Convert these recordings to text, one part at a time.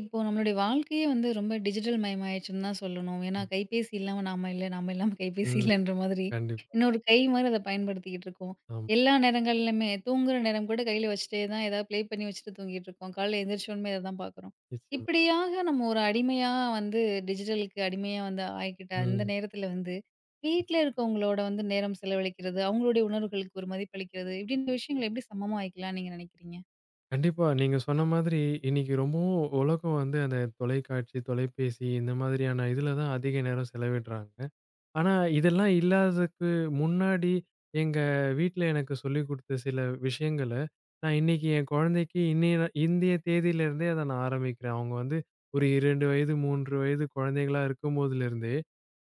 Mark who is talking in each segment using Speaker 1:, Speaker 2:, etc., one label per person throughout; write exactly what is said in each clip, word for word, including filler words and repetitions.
Speaker 1: இப்போ நம்மளுடைய வாழ்க்கையே வந்து ரொம்ப டிஜிட்டல் மயமாயிடுச்சுன்னு தான் சொல்லணும். ஏன்னா,
Speaker 2: ம்.
Speaker 1: கைபேசி இல்லாம நாம இல்ல, நாம இல்லாம கைபேசி
Speaker 2: ம்.
Speaker 1: இல்லன்ற மாதிரி
Speaker 2: கண்டிப்பா.
Speaker 1: இன்னொரு கை மாரி அத பயன்படுத்திக்கிட்டு இருக்கோம்.
Speaker 2: ஆமா.
Speaker 1: எல்லா நேரங்கள்லயுமே தூங்குற நேரம் கூட கையில வச்சுட்டே தான் ஏதாவது ப்ளே பண்ணி வச்சுட்டு தூங்கிட்டு இருக்கோம். காலையில எந்திரிச்சோனமே இத தான் பார்க்குறோம்.
Speaker 2: நிச்சயமா.
Speaker 1: இப்படியாக நம்ம ஒரு அடிமையா வந்து டிஜிட்டலுக்கு அடிமையா வந்து ஆயிக்கிட்ட அந்த
Speaker 2: ம்.
Speaker 1: நேரத்தில வந்து, வீட்ல இருக்கவங்களோட வந்து நேரம் செலவழிக்கிறது, அவங்களுடைய உணர்வுகளுக்கு ஒரு மதிப்பளிக்கிறது, இப்படின்ற விஷயங்கள எப்படி சமமா ஆயிக்கலாம்னு நீங்க நினைக்கிறீங்க?
Speaker 2: கண்டிப்பா. நீங்க சொன்ன மாதிரி இன்னைக்கு ரொம்பவும் உலகம் வந்து அந்த தொலைக்காட்சி, தொலைபேசி இந்த மாதிரியான இதுல தான் அதிக நேரம் செலவிடுறாங்க. ஆனா இதெல்லாம் இல்லாததுக்கு முன்னாடி எங்க வீட்ல எனக்கு சொல்லிக் குடுத்த சில விஷயங்கள, நான் இன்னைக்கு என் குழந்தைக்கு இன்னைய நா- இந்திய தேதியிலிருந்தே அத நான் ஆரம்பிக்கிறேன். அவங்க வந்து ஒரு இரண்டு வயது, மூன்று வயது குழந்தைகளா இருக்கும்போதிலிருந்தே,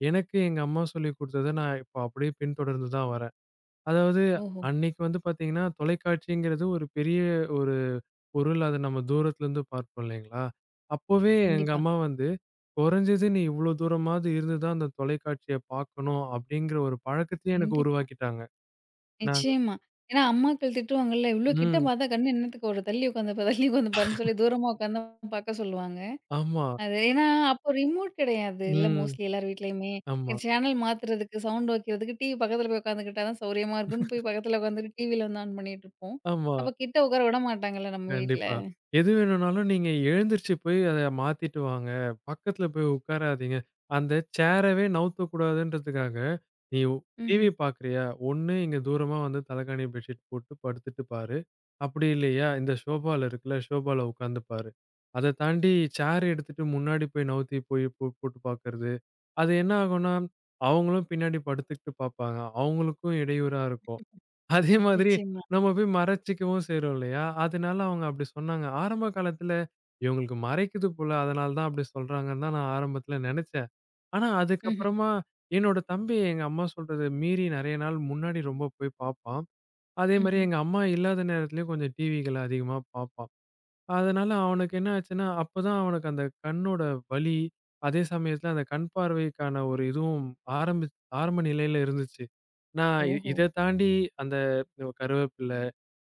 Speaker 2: எனக்கு எங்க அம்மா சொல்லிக் குடுத்தத நான் இப்ப அப்படியே பின்தொடர்ந்து தான் வரேன். அதாவது
Speaker 1: ஓஹோ!
Speaker 2: அன்னைக்கு வந்து பார்த்தீங்கன்னா, தொலைக்காட்சிங்கிறது ஒரு பெரிய ஒரு பொருள். அத நம்ம தூரத்துலருந்து பார்ப்போம் இல்லைங்களா? அப்போவே எங்க
Speaker 1: கண்டிப்பா,
Speaker 2: அம்மா வந்து, "குறைஞ்சது நீ இவ்ளோ தூரமாவது இருந்து தான் அந்த தொலைக்காட்சிய பார்க்கணும்." அப்படிங்கிற ஒரு பழக்கத்தையே எனக்கு
Speaker 1: கண்டிப்பா.
Speaker 2: உருவாக்கிட்டாங்க. நாங்க
Speaker 1: நிச்சயமா. ஏன்னா அம்மாக்கள் திட்டுவாங்கல்ல, "இவ்ளோ கிட்ட
Speaker 2: ம்.
Speaker 1: பார்த்தா கண்ணு என்னத்துக்கு ஒரு தள்ளி உட்காந்து பாரு, தள்ளி உட்காந்து பாருன்னு" சொல்லி தூரமா உட்காந்து பார்க்க சொல்லுவாங்க.
Speaker 2: ஆமா.
Speaker 1: அது ஏன்னா அப்போ ரிமோட் கிடையாதுல்ல
Speaker 2: ம்.
Speaker 1: மோஸ்ட்லி எல்லார் வீட்லயுமே.
Speaker 2: ஆமா,
Speaker 1: சேனல் மாத்துறதுக்கு, சவுண்ட் வைக்கிறதுக்கு டிவி பக்கத்துல போய் உட்காந்துக்கிட்டா தான் சௌரியமா இருக்கும்னு போய் பக்கத்துல உட்காந்துட்டு டிவில வந்து ஆன் பண்ணிட்டுருப்போம்.
Speaker 2: ஆமா.
Speaker 1: அப்ப கிட்ட உட்கார விட மாட்டாங்கல்ல நம்ம வீட்ல.
Speaker 2: கண்டிப்பா. எது வேணும்னாலும் நீங்க எழுந்திருச்சு போய் அத மாத்திட்டு வாங்க. பக்கத்துல போய் உட்காராதீங்க. அந்த சேரவே நவுத்தக்கூடாதுன்றதுக்காக, "நீ
Speaker 1: ம்ஹ்ம்.
Speaker 2: டிவி பார்க்குறியா? ஒண்ணு இங்க தூரமா வந்து தலகாணி பெட்ஷீட் போட்டு படுத்துட்டு பாரு. அப்படி இல்லையா, இந்த ஷோபால இருக்குல்ல, ஷோபால உட்காந்து பாரு." அத தாண்டி சேர் எடுத்துட்டு முன்னாடி போய் நவுத்தி போய் போ போட்டு பார்க்கறது. அது என்ன ஆகும்னா, அவங்களும் பின்னாடி படுத்துக்கிட்டு பார்ப்பாங்க. அவங்களுக்கும் இடையூறா இருக்கும். அதே மாதிரி
Speaker 1: நிச்சயமா.
Speaker 2: நம்ம போய் மறைச்சுக்கவும் செய்றோம் இல்லையா? அதனால அவங்க அப்படி சொன்னாங்க. ஆரம்ப காலத்துல இவங்களுக்கு மறைக்குது போல, அதனால தான் அப்படி சொல்றாங்கன்னு தான் நான் ஆரம்பத்துல நெனச்சேன். ஆனா
Speaker 1: ம்ஹ்ம்.
Speaker 2: அதுக்கப்புறமா என்னோட தம்பி எங்க அம்மா சொல்றத மீறி நெறைய நாள் முன்னாடி ரொம்ப போய் பாப்பான். அதே மாரி
Speaker 1: ம்ஹ்ம்.
Speaker 2: எங்க அம்மா இல்லாத நேரத்துலயும் கொஞ்சம் டிவிகள அதிகமா பாப்பான். அதனால அவனுக்கு என்ன ஆச்சுன்னா, அப்பதான் அவனுக்கு அந்த கண்ணோட வலி, அதே சமயத்துல அந்த கண் பார்வைக்கான ஒரு இதுவும் ஆரம்பிச் ஆரம்ப நிலையில இருந்துச்சு. நான் இ
Speaker 1: ஓஹோ!
Speaker 2: இத தாண்டி அந்த கருவேப்பில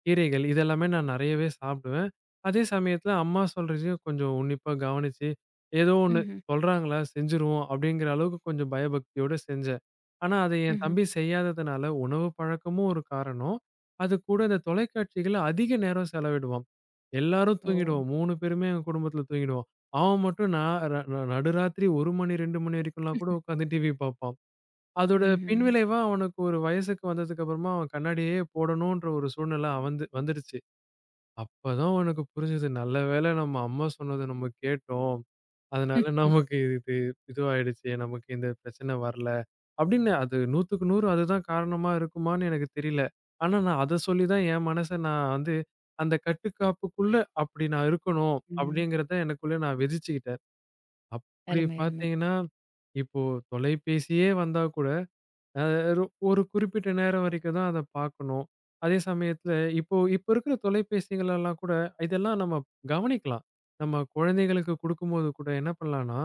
Speaker 2: கீரைகள் இதெல்லாமே நான் நெறையவே சாப்பிடுவேன். அதே சமயத்துல அம்மா சொல்றதையும் கொஞ்சம் உன்னிப்பா கவனிச்சு, ஏதோ ஒண்ணு
Speaker 1: ம்ஹ்ம்.
Speaker 2: சொல்றாங்களா செஞ்சுருவோம் அப்படிங்கிற அளவுக்கு கொஞ்சம் பயபக்தியோட செஞ்சேன். ஆனா அத என்
Speaker 1: ம்ஹ்ம்.
Speaker 2: தம்பி செய்யாததுனால உணவு பழக்கமும் ஒரு காரணம். அது கூட இந்த தொலைக்காட்சிகள்ல அதிக நேரம் செலவிடுவான். எல்லாரும்
Speaker 1: ஓ!
Speaker 2: தூங்கிடுவோம். மூன்று பேருமே எங்க குடும்பத்துல தூங்கிடுவோம். அவன் மட்டும் நான் ர ந நடுராத்திரி ஒரு மணி இரண்டு மணி வரைக்கும்லாம் கூட உட்காந்து டிவி பார்ப்பான். அதோட
Speaker 1: ம்ஹ்ம்.
Speaker 2: பின்விளைவா அவனுக்கு ஒரு வயசுக்கு வந்ததுக்கு அப்புறமா அவன் கண்ணாடியே போடணுன்ற ஒரு சூழ்நிலை வந்து வந்துடுச்சு. அப்பதான் அவனுக்கு புரிஞ்சது. நல்ல வேளை நம்ம அம்மா சொன்னத நம்ம கேட்டோம். அதனால நமக்கு இது இதுவாயிடுச்சு. நமக்கு இந்த பிரச்சனை வரல. அப்படின்னு அது நூறுக்கு நூறு அதுதான் காரணமா இருக்குமான்னு எனக்கு தெரியல. ஆனா நான் அத சொல்லி தான் என் மனச நான் வந்து அந்த கட்டுக்காப்புக்குள்ள அப்படி நான் இருக்கணும்
Speaker 1: ம்.
Speaker 2: அப்படிங்கிறத எனக்குள்ள நான் விதிச்சுக்கிட்டேன். அப்படி
Speaker 1: அருமை, அருமை.
Speaker 2: பார்த்தீங்கன்னா, இப்போ தொலைபேசியே வந்தா கூட அ ரொ ஒரு குறிப்பிட்ட நேரம் வரைக்கும் தான் அத பார்க்கணும். அதே சமயத்துல இப்போ இப்போ இருக்கிற தொலைபேசிகளெல்லாம் கூட இதெல்லாம் நம்ம கவனிக்கலாம். நம்ம குழந்தைகளுக்கு குடுக்கும்போது கூட என்ன பண்ணலாம்னா,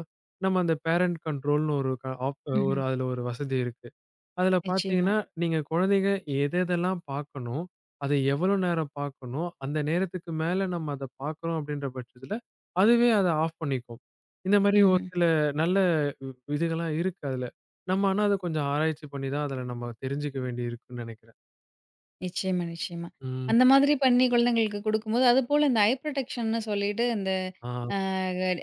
Speaker 2: நம்ம அந்த பேரண்ட் கண்ட்ரோல்ன்னு ஒரு க ஆப் ஒரு
Speaker 1: ம்ஹ்ம்.
Speaker 2: அதுல ஒரு வசதி இருக்கு. அதுல
Speaker 1: நிச்சயமா.
Speaker 2: பார்த்தீங்கன்னா, நீங்க குழந்தைங்க எது எதெல்லாம் பார்க்கணும், அத எவ்வளோ நேரம் பார்க்கணும், அந்த நேரத்துக்கு மேல நம்ம அத பார்க்குறோம் அப்படின்ற பட்சத்துல, அதுவே அத ஆஃப் பண்ணிக்கும். இந்த மாரி ஒரு
Speaker 1: ம்ஹ்ம்.
Speaker 2: சில நல்ல இ இதுகள்லாம் இருக்கு அதுல. நம்ம ஆனா அத கொஞ்சம் ஆராய்ச்சி பண்ணி தான் அதுல நம்ம தெரிஞ்சுக்க வேண்டி இருக்குன்னு நெனைக்கிறேன்.
Speaker 1: நிச்சயமா, நிச்சயமா.
Speaker 2: ம்.
Speaker 1: அந்த மாதிரி பண்ணி குழந்தைங்களுக்கு குடுக்கும்போது, அதுபோல இந்த ஐ புரொடெக்ஷன்னு சொல்லிட்டு இந்த
Speaker 2: ஆ.
Speaker 1: அ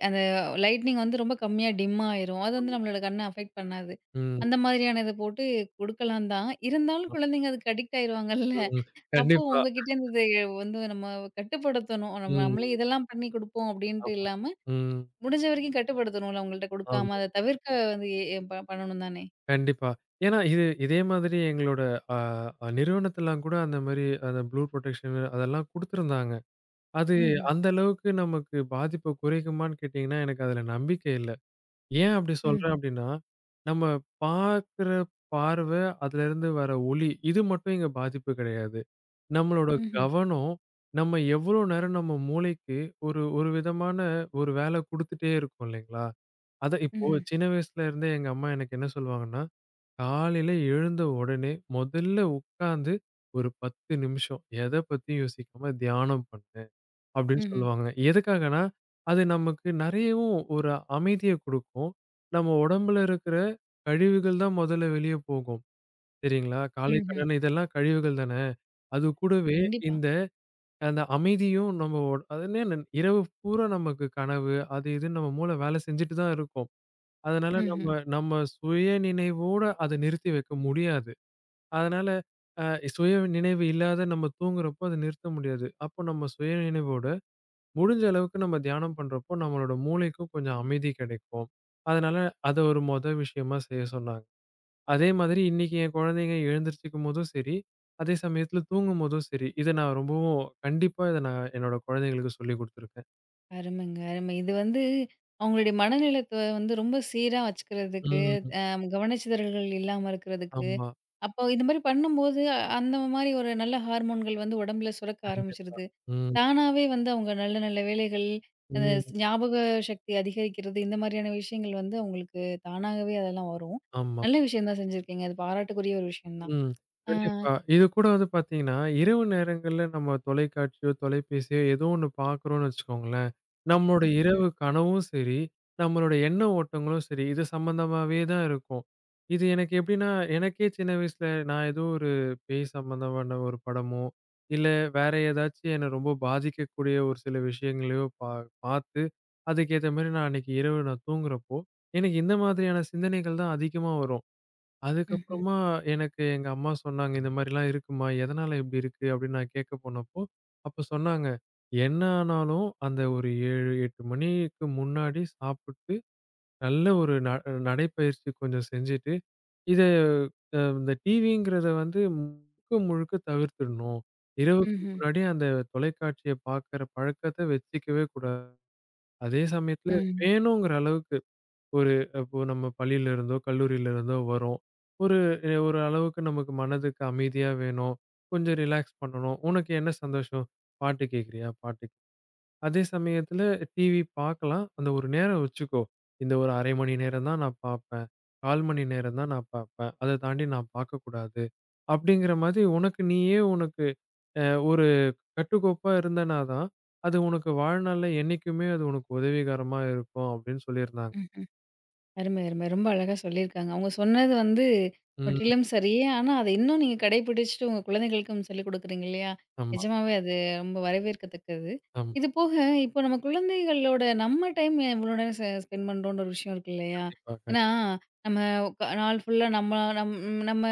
Speaker 1: அந்த லைட்னிங் வந்து ரொம்ப கம்மியா டிம் ஆயிரும். அது வந்து
Speaker 2: ஆமா.
Speaker 1: நம்மளோட கண்ண அஃபெக்ட் பண்ணாது.
Speaker 2: ம்.
Speaker 1: அந்த மாதிரியான இத போட்டு குடுக்கலாம் தான். இருந்தாலும்
Speaker 2: ஆ,
Speaker 1: குழந்தைங்க அதுக்கு அடிக்ட் ஆயிருவாங்கல்ல.
Speaker 2: ம்.
Speaker 1: அப்போ
Speaker 2: கண்டிப்பா.
Speaker 1: உங்ககிட்டேருந்து இது வந்து நம்ம கட்டுப்படுத்தணும். நம்ம நம்மளே
Speaker 2: ம்.
Speaker 1: இதெல்லாம் பண்ணி குடுப்போம் அப்டின்ட்டு
Speaker 2: ஆமா.
Speaker 1: இல்லாம,
Speaker 2: ம்.
Speaker 1: முடிஞ்ச வரைக்கும் கட்டுப்படுத்தணும்ல உங்கள்ட்ட குடுக்காம
Speaker 2: ஆமா.
Speaker 1: அத தவிர்க்க வந்து எ எ- ப பண்ணணும் தானே?
Speaker 2: கண்டிப்பா. ஏன்னா இது இதே மாதிரி எங்களோட அ அ நிறுவனத்துலாம் கூட அந்த மாரி அந்த ப்ளூ புரொடெக்ஷன் அதெல்லாம் குடுத்துருந்தாங்க. அது
Speaker 1: ம்ஹ்ம்.
Speaker 2: அந்த அளவுக்கு நமக்கு பாதிப்ப குறைக்குமான்னு கேட்டீங்கன்னா, எனக்கு அதுல நம்பிக்கை இல்ல. ஏன் அப்படி
Speaker 1: ம்ஹ்ம்.
Speaker 2: சொல்றேன் அப்படின்னா, நம்ம பார்க்குற பார்வ, அதுலருந்து வர ஒளி இது மட்டும் இங்க பாதிப்பு கிடையாது. நம்மளோட
Speaker 1: ம்ஹ்ம்.
Speaker 2: கவனம், நம்ம எவ்வளோ நேரம் நம்ம மூளைக்கு ஒரு ஒரு விதமான ஒரு வேலை குடுத்துட்டே இருக்கோம் இல்லைங்களா? அத இப்போ
Speaker 1: ம்ஹ்ம்.
Speaker 2: சின்ன வயசுல இருந்தே எங்க அம்மா எனக்கு என்ன சொல்லுவாங்கன்னா, காலையில எழுந்த உடனே முதல்ல உட்கார்ந்து ஒரு பத்து நிமிஷம் எத பத்தியும் யோசிக்காம தியானம் பண்ணு அப்படின்னு
Speaker 1: ம்ஹ்ம்.
Speaker 2: சொல்லுவாங்க. எதுக்காகன்னா, அது நமக்கு நிறையவும் ஒரு அமைதிய குடுக்கும். நம்ம உடம்புல இருக்கிற கழிவுகள் தான் முதல்ல வெளிய போகும். சரிங்களா? காலை
Speaker 1: ம்ஹ்ம்.
Speaker 2: கடன் இதெல்லாம் கழிவுகள் தானே. அது கூடவே
Speaker 1: கண்டிப்பா.
Speaker 2: இந்த அந்த அமைதியும் நம்ம ஒ அது என்ன நன்- இரவு பூரா நமக்கு கனவு அது இதுன்னு நம்ம மூளை வேலை செஞ்சுட்டு தான் இருக்கும். அதனால நம்ம
Speaker 1: ம்ஹ்ம்.
Speaker 2: நம்ம சுய நினைவோட அத நிறுத்தி வைக்க முடியாது. அதனால, அ சுய நினைவு இல்லாத நம்ம தூங்குறப்போ அத நிறுத்த முடியாது. அப்போ நம்ம சுய நினைவோட முடிஞ்ச அளவுக்கு நம்ம தியானம் பண்றப்போ, நம்மளோட மூளைக்கும் கொஞ்சம் அமைதி கிடைக்கும். அதனால அத ஒரு மொத விஷயமா செய்ய சொன்னாங்க. அதே மாதிரி இன்னைக்கு என் குழந்தைங்க எழுந்திரிச்சுக்கும்போதும் சரி, அதே சமயத்தில தூங்கும்போதும் சரி, இத நான் ரொம்பவும் கண்டிப்பா இத நான் என்னோட குழந்தைங்களுக்கு சொல்லிக் குடுத்துருக்கேன்.
Speaker 1: அருமைங்க, அருமை. இது வந்து அவங்களுடைய மனநிலத்த வந்து ரொம்ப சீரா வச்சுக்கிறதுக்கு,
Speaker 2: ம்.
Speaker 1: அ கவனச்சிதறல்கள் இல்லாம இருக்கிறதுக்கு,
Speaker 2: ஆமா.
Speaker 1: அப்போ இது மாரி பண்ணும்போது, அ- அந்த மாரி ஒரு நல்ல ஹார்மோன்கள் வந்து உடம்புல சுரக்க
Speaker 2: கண்டிப்பா.
Speaker 1: ஆரம்பிச்சுருது.
Speaker 2: ம்.
Speaker 1: தானாவே வந்து அவங்க நல்ல நல்ல வேலைகள், அந்த
Speaker 2: ம்.
Speaker 1: ஸ்- ஞாபக சக்தி அதிகரிக்கிறது, இந்த மாரியான விஷயங்கள் வந்து அவங்களுக்கு தானாகவே அதெல்லாம் வரும்.
Speaker 2: ஆமா.
Speaker 1: நல்ல விஷயம் தான் செஞ்சிருக்கீங்க. அது பாராட்டுக்குரிய ஒரு விஷயம் தான்.
Speaker 2: ம்.
Speaker 1: ஆ.
Speaker 2: கண்டிப்பா. இது கூட வந்து பார்த்தீங்கன்னா, இரவு நேரங்கள்ல நம்ம தொலைக்காட்சியோ, தொலைபேசியோ ஏதோ ஒண்ணு பார்க்குறோம்னு வச்சுக்கோங்களேன், நம்மளோட
Speaker 1: ம்ஹ்ம்.
Speaker 2: இரவு கனவும் சரி, நம்மளோட எண்ண ஓட்டங்களும் சரி, இது சம்மந்தமாவே தான் இருக்கும். இது எனக்கு எப்படின்னா, எனக்கே சின்ன வயசுல நான் ஏதோ ஒரு பேய் சம்மந்தமான ஒரு படமோ, இல்ல வேற ஏதாச்சும் என்ன ரொம்ப பாதிக்கக்கூடிய ஒரு சில விஷயங்களையோ பா பார்த்து, அதுக்கேத்த மாரி நான் அன்னைக்கு இரவு நான் தூங்குறப்போ, எனக்கு இந்த மாதிரியான சிந்தனைகள் தான் அதிகமா வரும்.
Speaker 1: ம்ஹ்ம்.
Speaker 2: அதுக்கப்புறமா எனக்கு எங்க அம்மா சொன்னாங்க, "இந்த மாரிலாம் இருக்குமா? எதனால இப்படி இருக்கு?" அப்படின்னு நான் கேட்க போனப்போ, அப்ப சொன்னாங்க, "என்ன ஆனாலும் அந்த ஒரு ஏழு, எட்டு மணிக்கு முன்னாடி சாப்பிட்டு, நல்ல ஒரு ந நடைப்பயிற்சி கொஞ்சம் செஞ்சுட்டு, இத அ இந்த டிவிங்கிறத வந்து முழுக்க முழுக்க தவிர்த்துடணும். இரவுக்கு
Speaker 1: ம்ஹ்ம்.
Speaker 2: முன்னாடி அந்த தொலைக்காட்சிய பார்க்கிற பழக்கத்த வச்சுக்கவே கூடாது. அதே சமயத்துல
Speaker 1: ம்.
Speaker 2: வேணுங்கிற அளவுக்கு ஒரு இப்போ நம்ம பள்ளியில இருந்தோ, கல்லூரியில இருந்தோ வரோம். ஒரு எ ஒரு அளவுக்கு நமக்கு மனதுக்கு அமைதியா வேணும். கொஞ்சம் ரிலாக்ஸ் பண்ணணும். உனக்கு என்ன சந்தோஷம்? பாட்டு கேட்குறியா? பாட்டு. கேக்கு. அதே சமயத்தில டிவி பார்க்கலாம். அந்த ஒரு நேரம் வச்சுக்கோ. இந்த ஒரு அரை மணி நேரம் தான் நான் பார்ப்பேன். கால் மணி நேரம் தான் நான் பார்ப்பேன். அத தாண்டி நான் பார்க்கக்கூடாது. அப்படிங்கிற மாதிரி உனக்கு நீயே உனக்கு அ ஒரு கட்டுக்கோப்பா இருந்தனா தான், அது உனக்கு வாழ்நாள்ல என்னைக்குமே அது உனக்கு உதவிகரமா இருக்கும் அப்படின்னு சொல்லியிருந்தாங்க.
Speaker 1: ம். அருமை, அருமை. ரொம்ப அழகா சொல்லியிருக்காங்க. அவங்க சொன்னது வந்து
Speaker 2: ம்.
Speaker 1: முற்றிலும் சரியே. ஆனா, அத இன்னும் நீங்க கடைபிடிச்சுட்டு உங்க குழந்தைகளுக்கும் சொல்லிக் குடுக்குறீங்க இல்லையா?
Speaker 2: ஆமா.
Speaker 1: நிஜமாவே அது ரொம்ப வரவேற்கத்தக்கது.
Speaker 2: ஆமா.
Speaker 1: இது போக இப்போ நம்ம குழந்தைகளோட நம்ம டைம் எவ்வளோ நேரம் செ ஸ்பெண்ட் பண்றோம்ன்ற ஒரு விஷயம் இருக்கு இல்லையா?
Speaker 2: கண்டிப்பா. கண்
Speaker 1: ஏன்னா, நம்ம க நாள் ஃபுல்லா நம்ம நம் நம்ம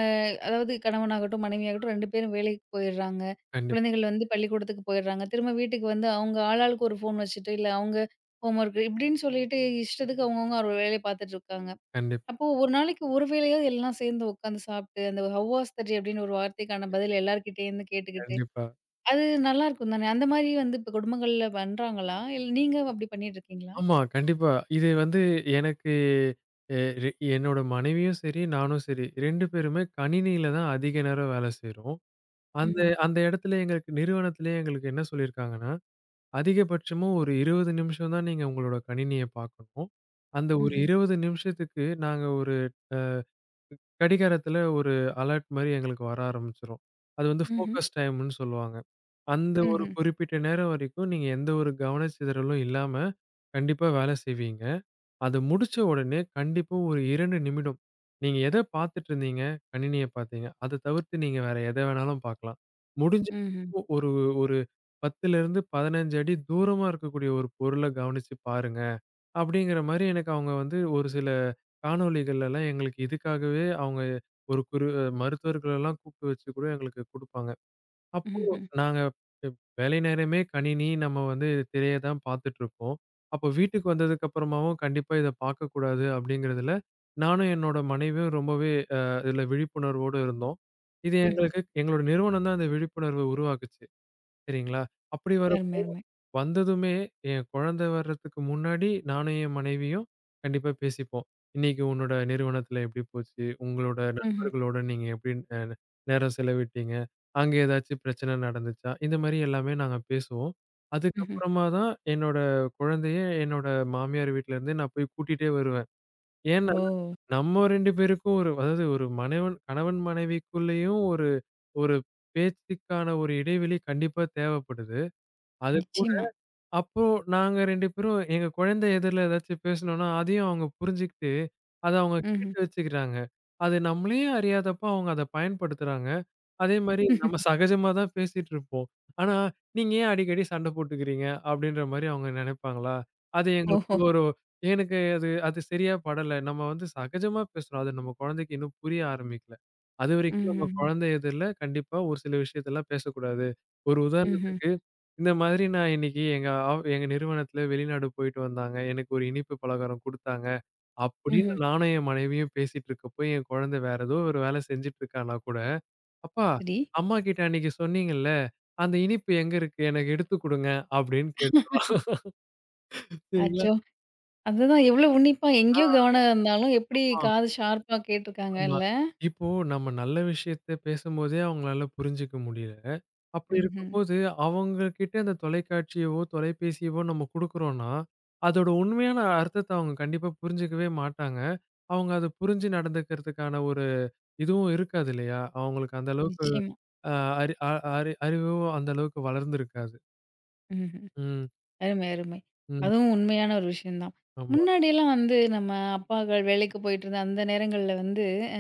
Speaker 1: அதாவது கணவனாகட்டும், மனைவியாகட்டும் ரெண்டு பேரும் வேலைக்கு போயிடுறாங்க.
Speaker 2: கண்டிப்
Speaker 1: குழந்தைகள் வந்து பள்ளிக்கூடத்துக்கு போயிடுறாங்க. திரும்ப வீட்டுக்கு வந்து அவங்க ஆளாளுக்கு ஒரு ஃபோன் வச்சுட்டு, இல்ல அவங்க ஹோம் ஒர்க் இப்படின்னு சொல்லிட்டு இஷ்டத்துக்கு அவங்கவங்க ஒரு வேலையை பார்த்துட்டு இருக்காங்க.
Speaker 2: கண்டிப்
Speaker 1: அப்போ ஒரு நாளைக்கு ஒரு வேளையாவது எல்லாம் சேர்ந்து உட்காந்து சாப்பிட்டு, அந்த "ஹவ் வாஸ் த டே" அப்படின்னு ஒரு வார்த்தைக்கான பதில் எல்லார்கிட்டேருந்து கேட்டுக்கிட்டு,
Speaker 2: கண்டிப்பா.
Speaker 1: அது நல்லாயிருக்கும் தானே! அந்த மாரி வந்து இப்ப குடும்பங்கள்ல பண்றாங்களா? இல்ல நீங்க அப்படி பண்ணிட்டு இருக்கீங்களா?
Speaker 2: ஆமா. கண்டிப்பா. இது வந்து எனக்கு எ ரெ என்னோட மனைவியும் சரி, நானும் சரி இரண்டு பேருமே கணினியில தான் அதிக நேரம் வேலை செய்றோம். அந்த
Speaker 1: ம்ஹ்ம்.
Speaker 2: அந்த இடத்துல எங்களுக்கு நிறுவனத்திலேயே எங்களுக்கு என்ன சொல்லியிருக்காங்கன்னா, அதிகபட்சமா ஒரு இருபது நிமிஷம் தான் நீங்க உங்களோட கணினிய பார்க்கணும். அந்த ஒரு
Speaker 1: ம்ஹ்ம்.
Speaker 2: இருபது நிமிஷத்துக்கு நாங்க ஒரு கடிகாரத்துல ஒரு அலர்ட் மாரி எங்களுக்கு வர ஆரம்பிச்சுரும். அது வந்து
Speaker 1: ம்ஹ்ம்.
Speaker 2: ஃபோக்கஸ் டைம்ன்னு சொல்லுவாங்க. அந்த ஒரு
Speaker 1: ம்ஹ்ம்.
Speaker 2: குறிப்பிட்ட நேரம் வரைக்கும் நீங்க எந்த ஒரு கவனச்சிதறலும் இல்லாம, கண்டிப்பா வேலை செய்வீங்க. அத முடிச்ச உடனே கண்டிப்பா ஒரு இரண்டு நிமிடம், நீங்க எத பார்த்துட்டு இருந்தீங்க? கணினிய பார்த்தீங்க. அத தவிர்த்து நீங்க வேற எத வேணாலும் பார்க்கலாம். முடிஞ்ச
Speaker 1: ம்ஹ்ம்.
Speaker 2: வரைக்கும் ஒரு ஒரு பத்திலேருந்து பதினைந்து அடி தூரமா இருக்கக்கூடிய ஒரு பொருள கவனிச்சு பாருங்க. அப்படிங்கிற மாரி எனக்கு அவங்க வந்து ஒரு சில காணொளிகள்லலாம் எங்களுக்கு இதுக்காகவே அவங்க ஒரு குரு மருத்துவர்களெல்லாம் கூப்பிட்டு வச்சு கூட எங்களுக்கு குடுப்பாங்க. அப்போ
Speaker 1: ம்ஹ்ம்.
Speaker 2: நாங்க ப் வேலை நேரமே கணினி, நம்ம வந்து திரைய தான் பார்த்துட்டுருக்கோம். அப்போ வீட்டுக்கு வந்ததுக்கு அப்புறமாவும் கண்டிப்பா இத பார்க்கக்கூடாது அப்படிங்கிறதுல, நானும் என்னோட மனைவியும் ரொம்பவே அஹ், இதுல விழிப்புணர்வோட இருந்தோம். இது
Speaker 1: ம்ஹ்ம்.
Speaker 2: எங்களுக்கு எங்களோட நிறுவனம் தான் அந்த விழிப்புணர்வ உருவாக்குச்சு. சரிங்களா? அப்படி வர
Speaker 1: அருமை, அருமை.
Speaker 2: வந்ததுமே, என் குழந்தை வர்றதுக்கு முன்னாடி நானும் என் மனைவியும் கண்டிப்பா பேசிப்போம். "இன்னைக்கு உன்னோட நிறுவனத்துல எப்படி போச்சு? உங்களோட
Speaker 1: ம்ஹ்ம்.
Speaker 2: நண்பர்களோட நீங்க எப்படி அ நேரம் செலவிட்டீங்க? அங்க ஏதாச்சும் பிரச்சனை நடந்துச்சா?" இந்த மாரி எல்லாமே நாங்க பேசுவோம்.
Speaker 1: ம்ஹ்ம்.
Speaker 2: அதுக்கப்புறமா தான் என்னோட குழந்தைய என்னோட மாமியார் வீட்லருந்து நான் போய் கூட்டிட்டே வருவேன். ஏன்னா,
Speaker 1: ஓ!
Speaker 2: நம்ம இரண்டு பேருக்கும் ஒரு அதாவது ஒரு மனைவன் கணவன் மனைவிக்குள்ளேயும் ஒரு ஒரு பேச்சுக்கான ஒரு இடைவெளி கண்டிப்பா தேவைப்படுது. அது
Speaker 1: நிச்சயமா.
Speaker 2: அப்போ நாங்க இரண்டு பேரும் எங்க குழந்தை எதிர்ல ஏதாச்சும் பேசுனோம்னா, அதையும் அவங்க புரிஞ்சுகிட்டு, அத அவங்க
Speaker 1: ம்ஹ்ம்.
Speaker 2: கேட்டு வச்சுக்கிறாங்க. அது நம்மளயே அறியாதப்போ அவங்க அத பயன்படுத்துறாங்க. அதே மாரி நம்ம சகஜமா தான் பேசிட்டு இருப்போம். ஆனா, "நீங்க ஏன் அடிக்கடி சண்டை போட்டுக்கிறீங்க?" அப்படின்ற மாரி அவங்க நினைப்பாங்களா? அது
Speaker 1: ஓஹோ!
Speaker 2: எங்களுக்குள்ள ஒரு எனக்கு அது அது சரியா படல. நம்ம வந்து சகஜமா பேசுறோம். அது நம்ம குழந்தைக்கு இன்னும் புரிய ஆரம்பிக்கல. அதுவரைக்கும் நம்ம
Speaker 1: ம்ஹ்ம்.
Speaker 2: குழந்தை எதிர்ல கண்டிப்பா ஒரு சில விஷயத்தலாம் பேசக்கூடாது. ஒரு ம்.
Speaker 1: ம்ஹ்ம்.
Speaker 2: உதாரணத்துக்கு இந்த மாதிரி நான் இன்னைக்கு எங்க ஆ எங்க நிறுவனத்தில வெளிநாடு போயிட்டு வந்தாங்க. எனக்கு ஒரு இனிப்பு பலகாரம் குடுத்தாங்க. அப்படின்னு
Speaker 1: ம்ஹ்ம்.
Speaker 2: நானும் என் மனைவியும் பேசிட்டு இருக்கப்போ, என் குழந்தை வேற ஏதோ ஒரு வேல செஞ்சுட்டு இருக்கான்னா கூட, "அப்பா,
Speaker 1: சரி.
Speaker 2: அம்மா கிட்ட அன்னைக்கு சொன்னீங்கல்ல, அந்த இனிப்பு எங்க இருக்கு? எனக்கு எடுத்து குடுங்க" அப்படின்னு கேட்டுருவா. சரிங்களா?
Speaker 1: அச்சோ! அதுதான் எவ்ளோ உன்னிப்பா எங்கேயோ கவனம் இருந்தாலும், எப்படி
Speaker 2: ஆமா.
Speaker 1: காது ஷார்ப்பா
Speaker 2: ஆமா.
Speaker 1: கேட்டுருக்காங்கல்ல.
Speaker 2: இப்போ நம்ம நல்ல விஷயத்த பேசும்போதே அவங்களால புரிஞ்சுக்க முடியல. அப்படி
Speaker 1: ம்ஹ்ம்.
Speaker 2: இருக்கும்போது, அவங்க கிட்ட அந்த தொலைக்காட்சியவோ, தொலைபேசியவோ நம்ம குடுக்குறோம்னா, அதோட உண்மையான அர்த்தத்த அவங்க கண்டிப்பா புரிஞ்சுக்கவே மாட்டாங்க. அவங்க அத புரிஞ்சு நடந்துக்கிறதுக்கான ஒரு இதுவும் இருக்காது இல்லையா? அவங்களுக்கு அந்த அளவுக்கு
Speaker 1: நிச்சயமா.
Speaker 2: அ அறி அ அறி அறிவும் அந்த அளவுக்கு வளர்ந்திருக்காது.
Speaker 1: ம்ஹ்ம்.
Speaker 2: ம்,
Speaker 1: அருமை, அருமை.
Speaker 2: ம்.
Speaker 1: அதுவும் உண்மையான ஒரு விஷயம் தான்.
Speaker 2: ஆமா,
Speaker 1: முன்னாடியெல்லாம் வந்து நம்ம அப்பாக்கள் வேலைக்கு போயிட்டுருந்த அந்த நேரங்கள்ல வந்து, அ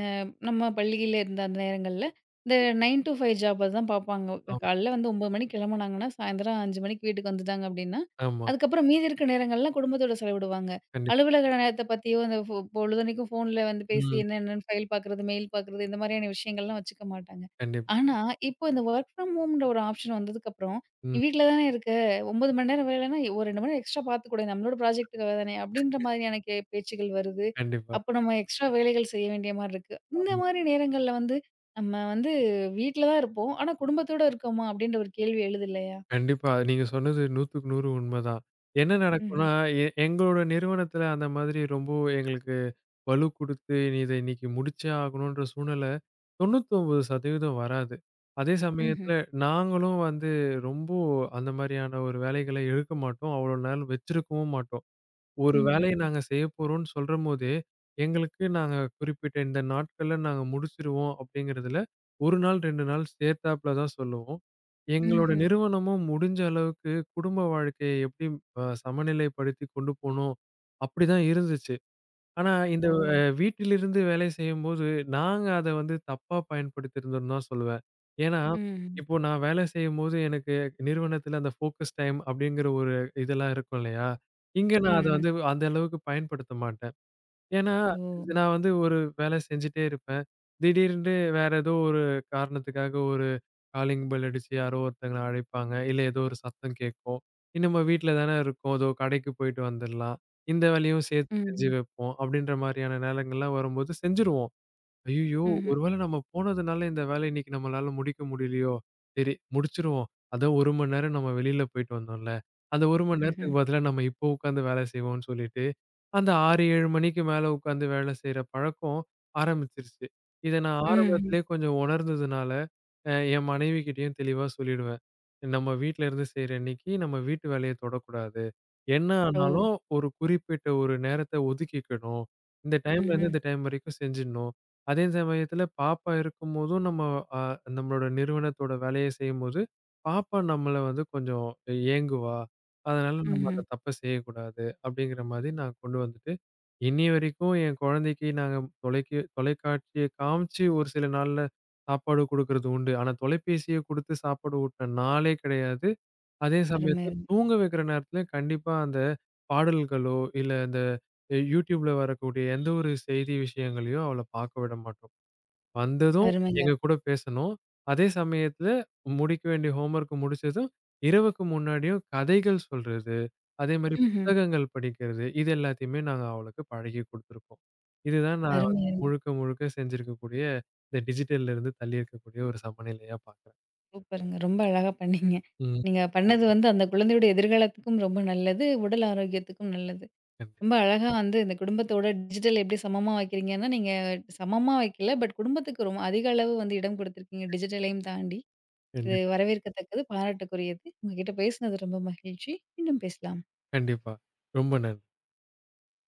Speaker 1: நம்ம பள்ளியில இருந்த அந்த நேரங்கள்ல, இந்த ஒன்பது டூ ஐந்து ஜாப் தான் பார்ப்பாங்க.
Speaker 2: ஆமா,
Speaker 1: காலைல வந்து ஒன்பது மணிக்கு கிளம்புனாங்கன்னா, சாயந்தரம் ஐந்து மணிக்கு வீட்டுக்கு வந்துட்டாங்க அப்படின்னா,
Speaker 2: ஆமா.
Speaker 1: அதுக்கப்புறம் மீதி இருக்க நேரங்கள்லாம் குடும்பத்தோட செலவிடுவாங்க.
Speaker 2: கண்டிப்பா.
Speaker 1: அலுவலக நேரத்த பத்தியோ, இந்த பொ பொழுதன்னைக்கும் ஃபோன்ல வந்து பேசி
Speaker 2: ம்.
Speaker 1: என்ன என்னன்னு ஃபைல் பார்க்குறது, மெயில் பார்க்குறது, இந்த மாரியான விஷயங்கள்லாம் வச்சுக்க மாட்டாங்க.
Speaker 2: கண்டிப்
Speaker 1: ஆனா, இப்போ இந்த வொர்க் ஃப்ரம் ஹோம்ன்ற ஒரு ஆப்ஷன் வந்ததுக்கப்புறம், நீ
Speaker 2: ம்.
Speaker 1: வீட்ல தானே இருக்க. ஒன்பது மணி நேரம் வேலைன்னா, ஒரு ரெண்டு மணி நேரம் எக்ஸ்ட்ரா பார்த்துக்கூட நம்மளோட ப்ராஜெக்ட்டுக்காக தானே அப்படின்ற மாதிரியான கே பேச்சுகள் வருது.
Speaker 2: கண்டிப்பா.
Speaker 1: அப்போ நம்ம எக்ஸ்ட்ரா வேலைகள் செய்ய வேண்டிய மாரி இருக்கு. இந்த
Speaker 2: ஆமா.
Speaker 1: மாரி நேரங்கள்ல வந்து, நம்ம வந்து வீட்ல தான் இருப்போம். ஆனா குடும்பத்தோட இருக்கோமா? அப்படின்ற ஒரு கேள்வி எழுது இல்லையா?
Speaker 2: கண்டிப்பா. நீங்க சொன்னது நூறுக்கு நூறு உண்மதான். என்ன
Speaker 1: ம்ஹ்ம்.
Speaker 2: நடக்கும்னா, எ எங்களோட நிறுவனத்துல அந்த மாதிரி ரொம்ப எங்களுக்கு வலு குடுத்து, "நீ இத இன்னைக்கு முடிச்சே ஆகணுன்ற" சூழ்நிலை தொண்ணூற்று ஒன்பது சதவீதம் வராது. அதே
Speaker 1: ம்ஹ்ம்.
Speaker 2: சமயத்துல நாங்களும் வந்து ரொம்ப அந்த மாரியான ஒரு வேலைகள எடுக்க மாட்டோம். அவ்வளோ நாள் வச்சிருக்கவும் மாட்டோம். ஒரு வேலைய
Speaker 1: ம்ஹ்ஹ்ம்.
Speaker 2: நாங்க செய்யப்போறோம்னு சொல்றம்போதே, எங்களுக்கு நாங்க குறிப்பிட்ட இந்த நாட்கள்ல நாங்க முடிச்சிருவோம் அப்டிங்கிறதுல ஒரு நாள், இரண்டு நாள் சேர்த்தாப்ல தான் சொல்லுவோம். ம். எங்களோட
Speaker 1: ம்ஹ்ம்.
Speaker 2: நிறுவனமும் முடிஞ்ச அளவுக்கு குடும்ப வாழ்க்கைய எப்டி அ சமநிலைப்படுத்தி கொண்டு போணும், அப்டிதான் இருந்துச்சு. ஆனா, இந்த
Speaker 1: ஓ!
Speaker 2: அ வீட்டிலிருந்து வேலை செய்யும்போது, நாங்க அத வந்து தப்பா பயன்படுத்தியிருந்தோம்னு தான் சொல்லுவேன். ஏன்னா,
Speaker 1: ம்ஹ்ம்.
Speaker 2: இப்போ நான் வேலை செய்யும்போது எனக்கு நிறுவனத்தில அந்த ஃபோக்கஸ் டைம் அப்படிங்கிற ஒரு இதெல்லாம் இருக்கும் இல்லையா? இங்க
Speaker 1: ம்,
Speaker 2: நான் அத
Speaker 1: ம்.
Speaker 2: வந்து அந்த அளவுக்கு பயன்படுத்த மாட்டேன். ஏன்னா,
Speaker 1: ஓ!
Speaker 2: இது நான் வந்து ஒரு வேலை செஞ்சுட்டே இருப்பேன். திடீர்னு வேற ஏதோ ஒரு காரணத்துக்காக ஒரு காலிங் பெல் அடிச்சு யாரோ ஒருத்தங்கள அழைப்பாங்க. இல்ல ஏதோ ஒரு சத்தம் கேட்கும். இ- நம்ம வீட்ல தானே இருக்கோம். ஏதோ கடைக்கு போயிட்டு வந்துடலாம். இந்த வேலையும் சேர்த்து செஞ்சு
Speaker 1: ம்ஹ்ம்.
Speaker 2: வைப்போம். அப்படின்ற மாரியான நேரங்கள்லாம் வரும்போது செஞ்சுருவோம். ஐய்யயோ!
Speaker 1: ம்ஹ்ம்.
Speaker 2: ஒரு வேளை நம்ம போனதுனால இந்த வேலை இன்னைக்கு நம்மளால முடிக்க முடியலையோ! சரி முடிச்சுருவோம். அதான் ஒரு மணி நேரம் நம்ம வெளியில போயிட்டு வந்தோம்ல. அந்த ஒரு மணி
Speaker 1: ம்ஹ்ம்.
Speaker 2: நேரத்துக்கு பதிலா நம்ம இப்போ உட்காந்து வேலை செய்வோம்னு சொல்லிட்டு அந்த ஆறு, ஏழு மணிக்கு மேல உட்காந்து வேலை செய்ற பழக்கம் ஆரம்பிச்சிருச்சு. இத நான்
Speaker 1: ம்ஹ்ம்.
Speaker 2: ஆரம்பத்திலேயே கொஞ்சம் உணர்ந்ததுனால, அ என் மனைவி கிட்டயும் தெளிவா சொல்லிடுவேன். நம்ம வீட்ல இருந்து செய்ற இன்னைக்கு நம்ம வீட்டு வேலைய தொடக்கூடாது. என்ன
Speaker 1: ஓ!
Speaker 2: ஆனாலும் ஒரு குறிப்பிட்ட ஒரு நேரத்த ஒதுக்கிக்கணும். இந்த டைம்ல
Speaker 1: ம்ஹ்ம்.
Speaker 2: இருந்து இந்த டைம் வரைக்கும் செஞ்சிடணும். அதே சமயத்துல பாப்பா இருக்கும்போதும் நம்ம அ நம்மளோட நிறுவனத்தோட வேலைய செய்யும்போது, பாப்பா நம்மள வந்து கொஞ்சம் ஏங்குவா. அதனால நம்ம
Speaker 1: ம்ஹ்ம்.
Speaker 2: அந்த தப்ப செய்யக்கூடாது. அப்படிங்கிற மாதிரி நான் கொண்டு வந்துட்டு, இன்னிய வரைக்கும் என் குழந்தைக்கு நாங்க தொலைக்கு தொலைக்காட்சிய காமிச்சு ஒரு சில நாள்ல சாப்பாடு குடுக்குறது உண்டு. ஆனா, தொலைபேசிய குடுத்து சாப்பாடு ஊட்டுன நாளே கிடையாது. அதே
Speaker 1: அருமை,
Speaker 2: சமயத்துல
Speaker 1: அருமை.
Speaker 2: தூங்க வைக்கிற நேரத்துல கண்டிப்பா அந்த பாடல்களோ, இல்ல இந்த YouTubeல வரக்கூடிய எந்த ஒரு செய்தி விஷயங்களையும் அவள பார்க்க விட மாட்டோம். வந்ததும்
Speaker 1: அருமைங்க.
Speaker 2: எங்க கூட பேசணும். அதே சமயத்துல முடிக்க வேண்டிய ஹோம்வொர்க் முடிச்சதும், இரவுக்கு முன்னாடியும் கதைகள் சொல்றது, அதே மாரி
Speaker 1: ம்ஹ்ம்.
Speaker 2: புத்தகங்கள் படிக்கிறது, இது எல்லாத்தையுமே நாங்க அவளுக்கு பழகி குடுத்துருக்கோம். இதுதான் நான் வந்து
Speaker 1: அருமை.
Speaker 2: முழுக்க, முழுக்க செஞ்சிருக்கக்கூடிய இந்த டிஜிட்டல்ல இருந்து தள்ளி இருக்கக்கூடிய ஒரு சமநிலையா பார்க்குறேன்.
Speaker 1: சூப்பருங்க. ரொம்ப அழகா பண்ணீங்க.
Speaker 2: ம்.
Speaker 1: நீங்க பண்ணது வந்து அந்த குழந்தையுடைய எதிர்காலத்துக்கும் ரொம்ப நல்லது. உடல் ஆரோக்கியத்துக்கும் நல்லது.
Speaker 2: கண்டிப்
Speaker 1: ரொம்ப அழகா வந்து இந்த குடும்பத்தோட டிஜிட்டல் எப்படி சமமா வைக்கிறீங்கன்னா, நீங்க சமமா வைக்கல. பட் குடும்பத்துக்கு ரொம்ப அதிக அளவு வந்து இடம் கொடுத்துருக்கீங்க. டிஜிட்டலையும் தாண்டி. இது
Speaker 2: கண்டிப்
Speaker 1: வரவேற்கத்தக்கது, பாராட்டுக்குரியது. உங்ககிட்ட பேசினது ரொம்ப மகிழ்ச்சி. மீண்டும் பேசலாம்.
Speaker 2: கண்டிப்பா. ரொம்ப நன்றி.